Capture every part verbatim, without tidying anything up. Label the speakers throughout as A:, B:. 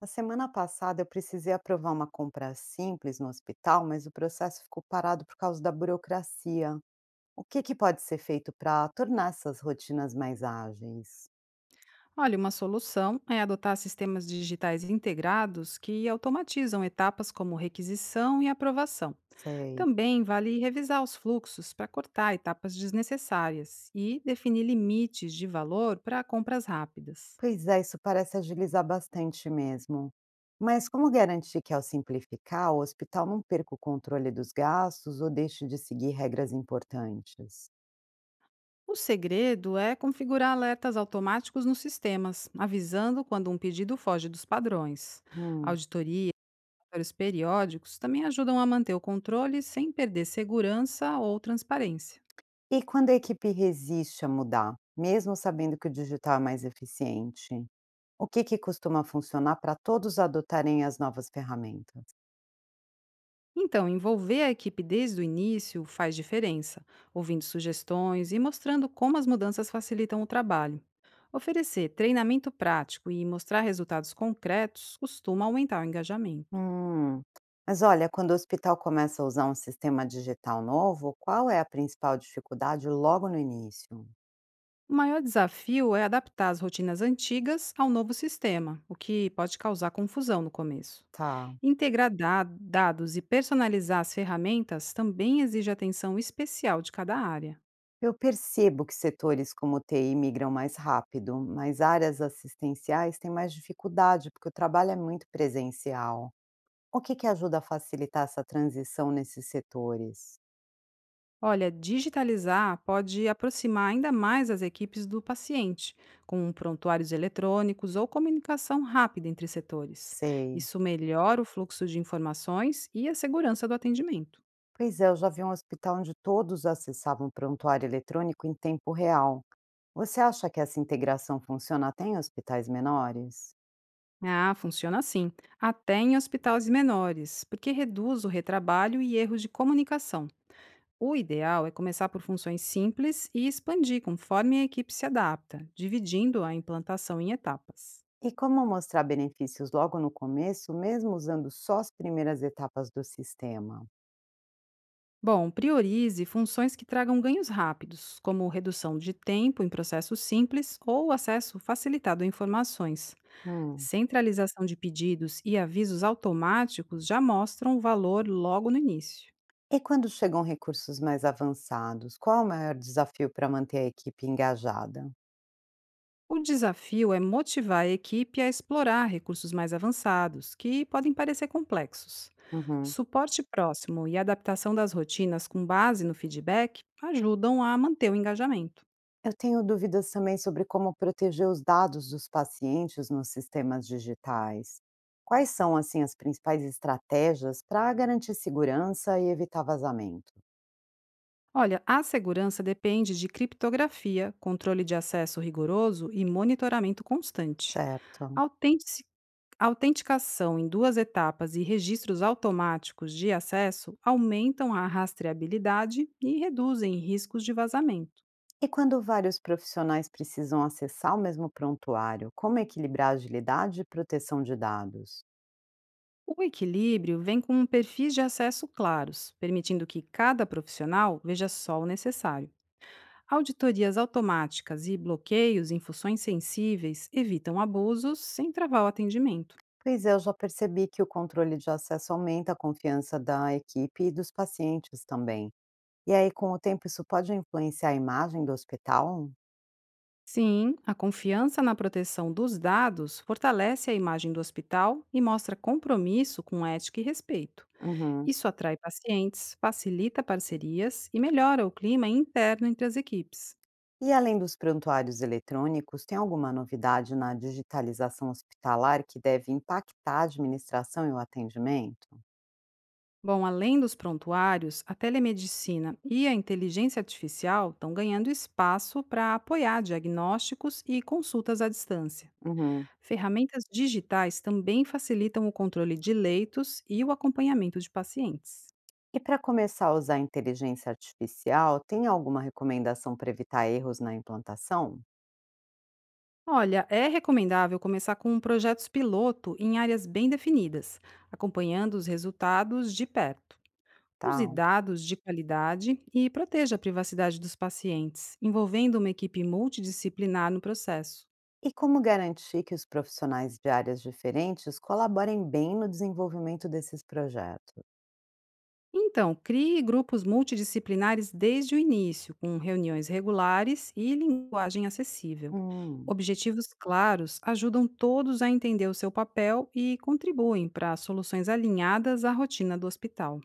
A: Na semana passada, eu precisei aprovar uma compra simples no hospital, mas o processo ficou parado por causa da burocracia. O que, que pode ser feito para tornar essas rotinas mais ágeis?
B: Olha, uma solução é adotar sistemas digitais integrados que automatizam etapas como requisição e aprovação.
A: Sei.
B: Também vale revisar os fluxos para cortar etapas desnecessárias e definir limites de valor para compras rápidas.
A: Pois é, isso parece agilizar bastante mesmo. Mas como garantir que, ao simplificar, o hospital não perca o controle dos gastos ou deixe de seguir regras importantes?
B: O segredo é configurar alertas automáticos nos sistemas, avisando quando um pedido foge dos padrões.
A: Hum.
B: Auditoria e relatórios periódicos também ajudam a manter o controle sem perder segurança ou transparência.
A: E quando a equipe resiste a mudar, mesmo sabendo que o digital é mais eficiente? O que que costuma funcionar para todos adotarem as novas ferramentas?
B: Então, envolver a equipe desde o início faz diferença, ouvindo sugestões e mostrando como as mudanças facilitam o trabalho. Oferecer treinamento prático e mostrar resultados concretos costuma aumentar o engajamento.
A: Hum. Mas olha, quando o hospital começa a usar um sistema digital novo, qual é a principal dificuldade logo no início?
B: O maior desafio é adaptar as rotinas antigas ao novo sistema, o que pode causar confusão no começo.
A: Tá.
B: Integrar da- dados e personalizar as ferramentas também exige atenção especial de cada área.
A: Eu percebo que setores como T I migram mais rápido, mas áreas assistenciais têm mais dificuldade, porque o trabalho é muito presencial. O que que ajuda a facilitar essa transição nesses setores?
B: Olha, digitalizar pode aproximar ainda mais as equipes do paciente, com prontuários eletrônicos ou comunicação rápida entre setores.
A: Sei.
B: Isso melhora o fluxo de informações e a segurança do atendimento.
A: Pois é, eu já vi um hospital onde todos acessavam o prontuário eletrônico em tempo real. Você acha que essa integração funciona até em hospitais menores?
B: Ah, funciona assim, até em hospitais menores, porque reduz o retrabalho e erros de comunicação. O ideal é começar por funções simples e expandir conforme a equipe se adapta, dividindo a implantação em etapas.
A: E como mostrar benefícios logo no começo, mesmo usando só as primeiras etapas do sistema?
B: Bom, priorize funções que tragam ganhos rápidos, como redução de tempo em processos simples ou acesso facilitado a informações.
A: Hum.
B: Centralização de pedidos e avisos automáticos já mostram o valor logo no início.
A: E quando chegam recursos mais avançados, qual é o maior desafio para manter a equipe engajada?
B: O desafio é motivar a equipe a explorar recursos mais avançados, que podem parecer complexos.
A: Uhum.
B: Suporte próximo e adaptação das rotinas com base no feedback ajudam a manter o engajamento.
A: Eu tenho dúvidas também sobre como proteger os dados dos pacientes nos sistemas digitais. Quais são, assim, as principais estratégias para garantir segurança e evitar vazamento?
B: Olha, a segurança depende de criptografia, controle de acesso rigoroso e monitoramento constante.
A: Certo.
B: Autentici- Autenticação em duas etapas e registros automáticos de acesso aumentam a rastreabilidade e reduzem riscos de vazamento.
A: E quando vários profissionais precisam acessar o mesmo prontuário, como equilibrar a agilidade e proteção de dados?
B: O equilíbrio vem com um perfis de acesso claros, permitindo que cada profissional veja só o necessário. Auditorias automáticas e bloqueios em funções sensíveis evitam abusos sem travar o atendimento.
A: Pois é, eu já percebi que o controle de acesso aumenta a confiança da equipe e dos pacientes também. E aí, com o tempo, isso pode influenciar a imagem do hospital?
B: Sim, a confiança na proteção dos dados fortalece a imagem do hospital e mostra compromisso com ética e respeito.
A: Uhum.
B: Isso atrai pacientes, facilita parcerias e melhora o clima interno entre as equipes.
A: E além dos prontuários eletrônicos, tem alguma novidade na digitalização hospitalar que deve impactar a administração e o atendimento?
B: Bom, além dos prontuários, a telemedicina e a inteligência artificial estão ganhando espaço para apoiar diagnósticos e consultas à distância.
A: Uhum.
B: Ferramentas digitais também facilitam o controle de leitos e o acompanhamento de pacientes.
A: E para começar a usar a inteligência artificial, tem alguma recomendação para evitar erros na implantação?
B: Olha, é recomendável começar com projetos piloto em áreas bem definidas, acompanhando os resultados de perto. Use
A: Tá.
B: dados de qualidade e proteja a privacidade dos pacientes, envolvendo uma equipe multidisciplinar no processo.
A: E como garantir que os profissionais de áreas diferentes colaborem bem no desenvolvimento desses projetos?
B: Então, crie grupos multidisciplinares desde o início, com reuniões regulares e linguagem acessível.
A: Hum.
B: Objetivos claros ajudam todos a entender o seu papel e contribuem para soluções alinhadas à rotina do hospital.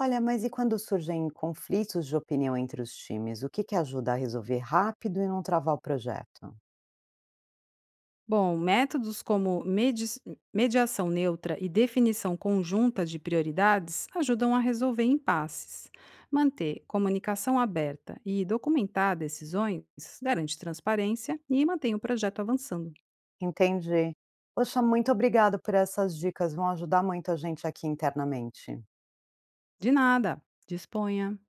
A: Olha, mas e quando surgem conflitos de opinião entre os times, o que, que ajuda a resolver rápido e não travar o projeto?
B: Bom, métodos como medi- mediação neutra e definição conjunta de prioridades ajudam a resolver impasses. Manter comunicação aberta e documentar decisões garante transparência e mantém o projeto avançando.
A: Entendi. Poxa, muito obrigado por essas dicas, vão ajudar muito a gente aqui internamente.
B: De nada, disponha.